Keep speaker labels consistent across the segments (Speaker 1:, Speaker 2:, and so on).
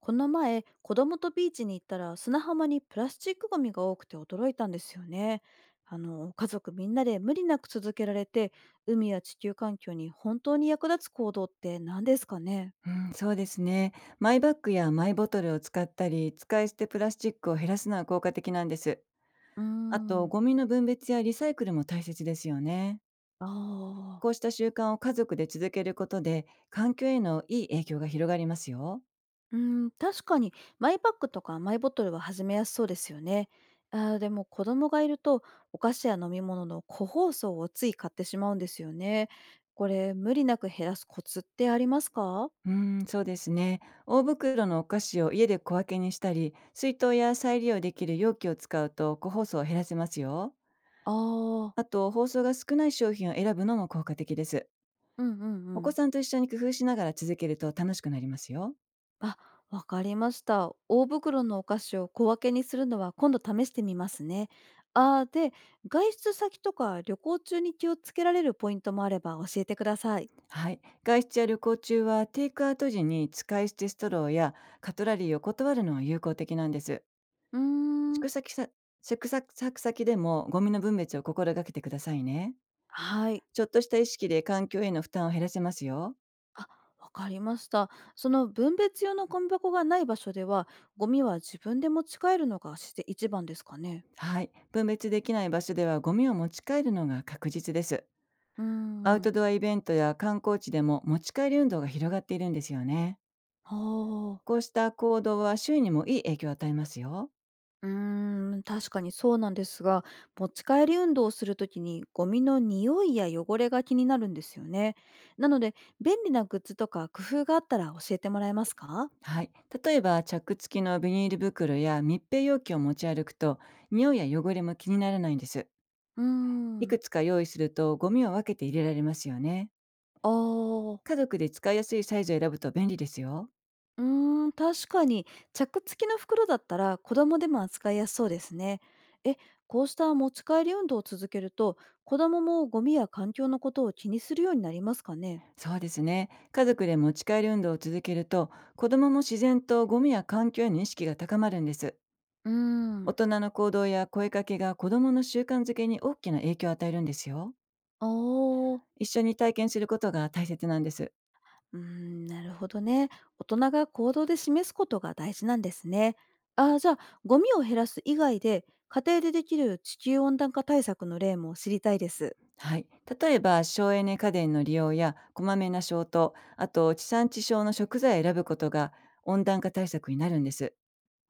Speaker 1: この前、子供とビーチに行ったら砂浜にプラスチックゴミが多くて驚いたんですよね。家族みんなで無理なく続けられて、海や地球環境に本当に役立つ行動って何ですかね？
Speaker 2: うん、そうですね。マイバッグやマイボトルを使ったり、使い捨てプラスチックを減らすのは効果的なんです。
Speaker 1: うー
Speaker 2: あと、
Speaker 1: ん。
Speaker 2: ゴミの分別やリサイクルも大切ですよね。
Speaker 1: ああ。
Speaker 2: こうした習慣を家族で続けることで、環境へのいい影響が広がりますよ。
Speaker 1: うーん、確かにマイバッグとかマイボトルは始めやすそうですよね。でも子供がいるとお菓子や飲み物の個包装をつい買ってしまうんですよね。これ無理なく減らすコツってありますか？
Speaker 2: うん、そうですね。大袋のお菓子を家で小分けにしたり、水筒や再利用できる容器を使うと個包装を減らせますよ。
Speaker 1: ああ
Speaker 2: あ
Speaker 1: ー。
Speaker 2: と、包装が少ない商品を選ぶのも効果的です。
Speaker 1: うんうんう
Speaker 2: お子
Speaker 1: ん。
Speaker 2: さんと一緒に工夫しながら続けると楽しくなりますよ。
Speaker 1: あ、わかりました。大袋のお菓子を小分けにするのは今度試してみますね。で、外出先とか旅行中に気をつけられるポイントもあれば教えてください。
Speaker 2: はい。外出や旅行中はテイクアウト時に使い捨てストローやカトラリーを断るのは有効的なんです。
Speaker 1: うーん。
Speaker 2: 宿先さ宿泊先でもゴミの分別を心がけてくださいね。
Speaker 1: はい。
Speaker 2: ちょっとした意識で環境への負担を減らせますよ。
Speaker 1: あ、わかりました。その分別用のゴミ箱がない場所では、ゴミは自分で持ち帰るのが自然一番ですかね？
Speaker 2: はい。分別できない場所ではゴミを持ち帰るのが確実です。
Speaker 1: うー
Speaker 2: アウ
Speaker 1: ん。
Speaker 2: トドアイベントや観光地でも持ち帰り運動が広がっているんですよね。
Speaker 1: は
Speaker 2: こ
Speaker 1: あ。
Speaker 2: うした行動は周囲にもいい影響を与えますよ。
Speaker 1: うーん、確かにそうなんですが、持ち帰り運動をするときにゴミの匂いや汚れが気になるんですよね。なので、便利なグッズとか工夫があったら教えてもらえますか？
Speaker 2: はい。例えば、チャック付きのビニール袋や密閉容器を持ち歩くと、匂いや汚れも気にならないんです。
Speaker 1: うー
Speaker 2: い
Speaker 1: ん。
Speaker 2: くつか用意すると、ゴミを分けて入れられますよね。
Speaker 1: ああ。
Speaker 2: 家族で使いやすいサイズを選ぶと便利ですよ。
Speaker 1: うーん、確かに、チャック付きの袋だったら子供でも扱いやすそうですね。え、こうした持ち帰り運動を続けると、子供もゴミや環境のことを気にするようになりますかね？
Speaker 2: そうですね。家族で持ち帰り運動を続けると、子供も自然とゴミや環境への意識が高まるんです。
Speaker 1: うー
Speaker 2: 大
Speaker 1: ん。
Speaker 2: 人の行動や声かけが子供の習慣づけに大きな影響を与えるんですよ。
Speaker 1: ああ。
Speaker 2: 一緒に体験することが大切なんです。
Speaker 1: うーん、なるほどね。大人が行動で示すことが大事なんですね。じゃあ、ゴミを減らす以外で、家庭でできる地球温暖化対策の例も知りたいです。
Speaker 2: はい。例えば、省エネ家電の利用や、こまめな消灯、あと、地産地消の食材を選ぶことが、温暖化対策になるんです。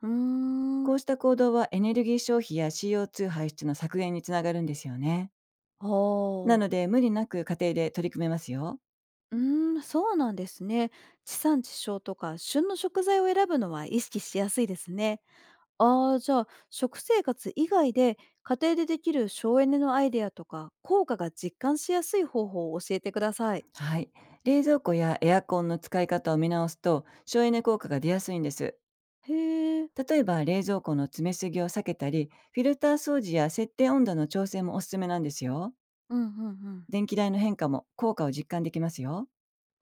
Speaker 1: うーん。
Speaker 2: こうした行動は、エネルギー消費や CO2 排出の削減につながるんですよね。
Speaker 1: あ
Speaker 2: な
Speaker 1: あ。
Speaker 2: ので、無理なく家庭で取り組めますよ。
Speaker 1: うーん、そうなんですね。地産地消とか、旬の食材を選ぶのは意識しやすいですね。ああ、じゃあ、食生活以外で、家庭でできる省エネのアイデアとか、効果が実感しやすい方法を教えてください。
Speaker 2: はい。冷蔵庫やエアコンの使い方を見直すと、省エネ効果が出やすいんです。
Speaker 1: へえ。
Speaker 2: 例えば、冷蔵庫の詰めすぎを避けたり、フィルター掃除や設定温度の調整もおすすめなんですよ。
Speaker 1: うんうんうん。
Speaker 2: 電気代の変化も効果を実感できますよ。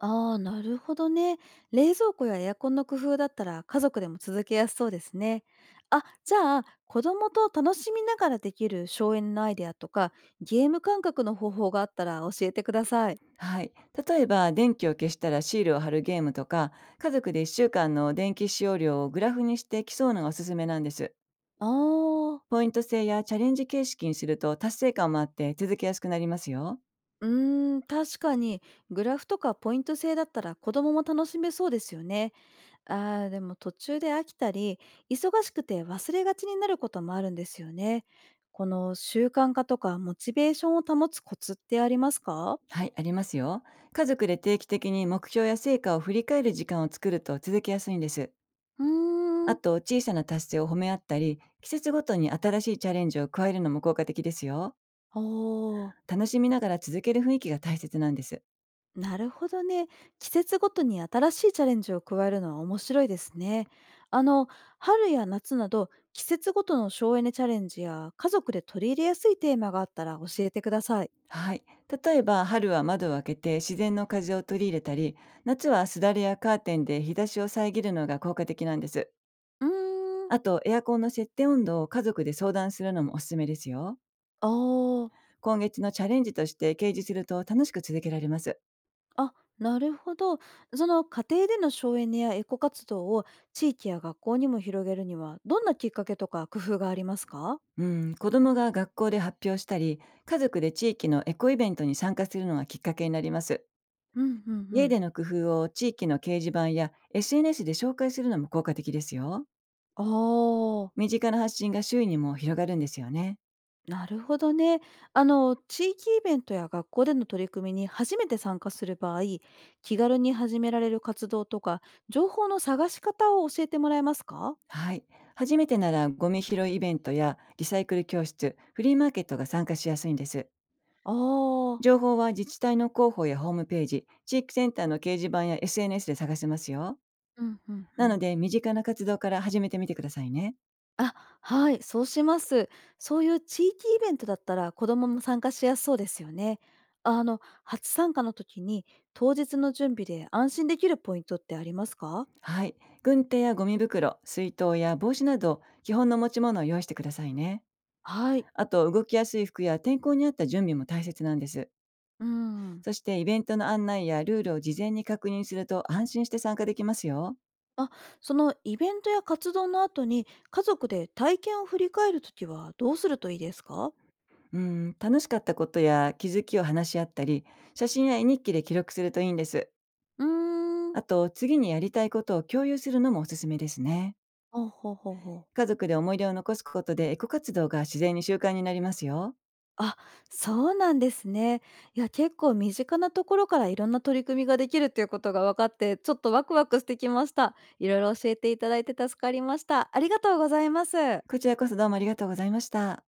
Speaker 1: ああ、なるほどね。冷蔵庫やエアコンの工夫だったら家族でも続けやすそうですね。あ、じゃあ、子供と楽しみながらできる省エネのアイデアとか、ゲーム感覚の方法があったら教えてください。
Speaker 2: はい。例えば、電気を消したらシールを貼るゲームとか、家族で1週間の電気使用量をグラフにして競うのがおすすめなんです。
Speaker 1: ああ。
Speaker 2: ポイント制やチャレンジ形式にすると達成感もあって続けやすくなりますよ。
Speaker 1: うーん、確かに、グラフとかポイント制だったら子供も楽しめそうですよね。ああ、でも途中で飽きたり、忙しくて忘れがちになることもあるんですよね。この習慣化とかモチベーションを保つコツってありますか？
Speaker 2: はい、ありますよ。家族で定期的に目標や成果を振り返る時間を作ると続けやすいんです。
Speaker 1: うー
Speaker 2: あ
Speaker 1: ん。
Speaker 2: と、小さな達成を褒め合ったり、季節ごとに新しいチャレンジを加えるのも効果的ですよ。
Speaker 1: おお、
Speaker 2: 楽しみながら続ける雰囲気が大切なんです。
Speaker 1: なるほどね。季節ごとに新しいチャレンジを加えるのは面白いですね。あの、春や夏など季節ごとの省エネチャレンジや家族で取り入れやすいテーマがあったら教えてください。
Speaker 2: はい。例えば、春は窓を開けて自然の風を取り入れたり、夏はすだれやカーテンで日差しを遮るのが効果的なんです。
Speaker 1: うーん。
Speaker 2: あと、エアコンの設定温度を家族で相談するのもおすすめですよ。
Speaker 1: ああ。
Speaker 2: 今月のチャレンジとして掲示すると楽しく続けられます。
Speaker 1: あ、なるほど。その家庭での省エネやエコ活動を地域や学校にも広げるにはどんなきっかけとか工夫がありますか？
Speaker 2: うん、子供が学校で発表したり、家族で地域のエコイベントに参加するのがきっかけになります。
Speaker 1: うんうんう
Speaker 2: 家
Speaker 1: ん。
Speaker 2: での工夫を地域の掲示板や SNS で紹介するのも効果的ですよ。
Speaker 1: ああ。
Speaker 2: 身近な発信が周囲にも広がるんですよね。
Speaker 1: なるほどね。地域イベントや学校での取り組みに初めて参加する場合、気軽に始められる活動とか、情報の探し方を教えてもらえますか？
Speaker 2: はい。初めてならゴミ拾いイベントやリサイクル教室、フリーマーケットが参加しやすいんです。
Speaker 1: ああー。
Speaker 2: 情報は自治体の広報やホームページ、地域センターの掲示板や SNS で探せますよ。
Speaker 1: うんうんう
Speaker 2: なの
Speaker 1: ん。
Speaker 2: で、身近な活動から始めてみてくださいね。
Speaker 1: あ、はい、そうします。そういう地域イベントだったら子どもも参加しやすそうですよね。初参加の時に当日の準備で安心できるポイントってありますか？
Speaker 2: はい。軍手やゴミ袋、水筒や帽子など、基本の持ち物を用意してくださいね。
Speaker 1: はい。
Speaker 2: あと、動きやすい服や天候に合った準備も大切なんです。
Speaker 1: うん。
Speaker 2: そして、イベントの案内やルールを事前に確認すると安心して参加できますよ。
Speaker 1: あ、そのイベントや活動の後に家族で体験を振り返るときはどうするといいですか？
Speaker 2: うん、楽しかったことや気づきを話し合ったり、写真や絵日記で記録するといいんです。
Speaker 1: うーん。
Speaker 2: あと、次にやりたいことを共有するのもおすすめですね。
Speaker 1: ほうほうほうほう。
Speaker 2: 家族で思い出を残すことでエコ活動が自然に習慣になりますよ。
Speaker 1: あ、そうなんですね。いや、結構身近なところからいろんな取り組みができるっていうことが分かって、ちょっとワクワクしてきました。いろいろ教えていただいて助かりました。ありがとうございます。
Speaker 2: こちらこそどうもありがとうございました。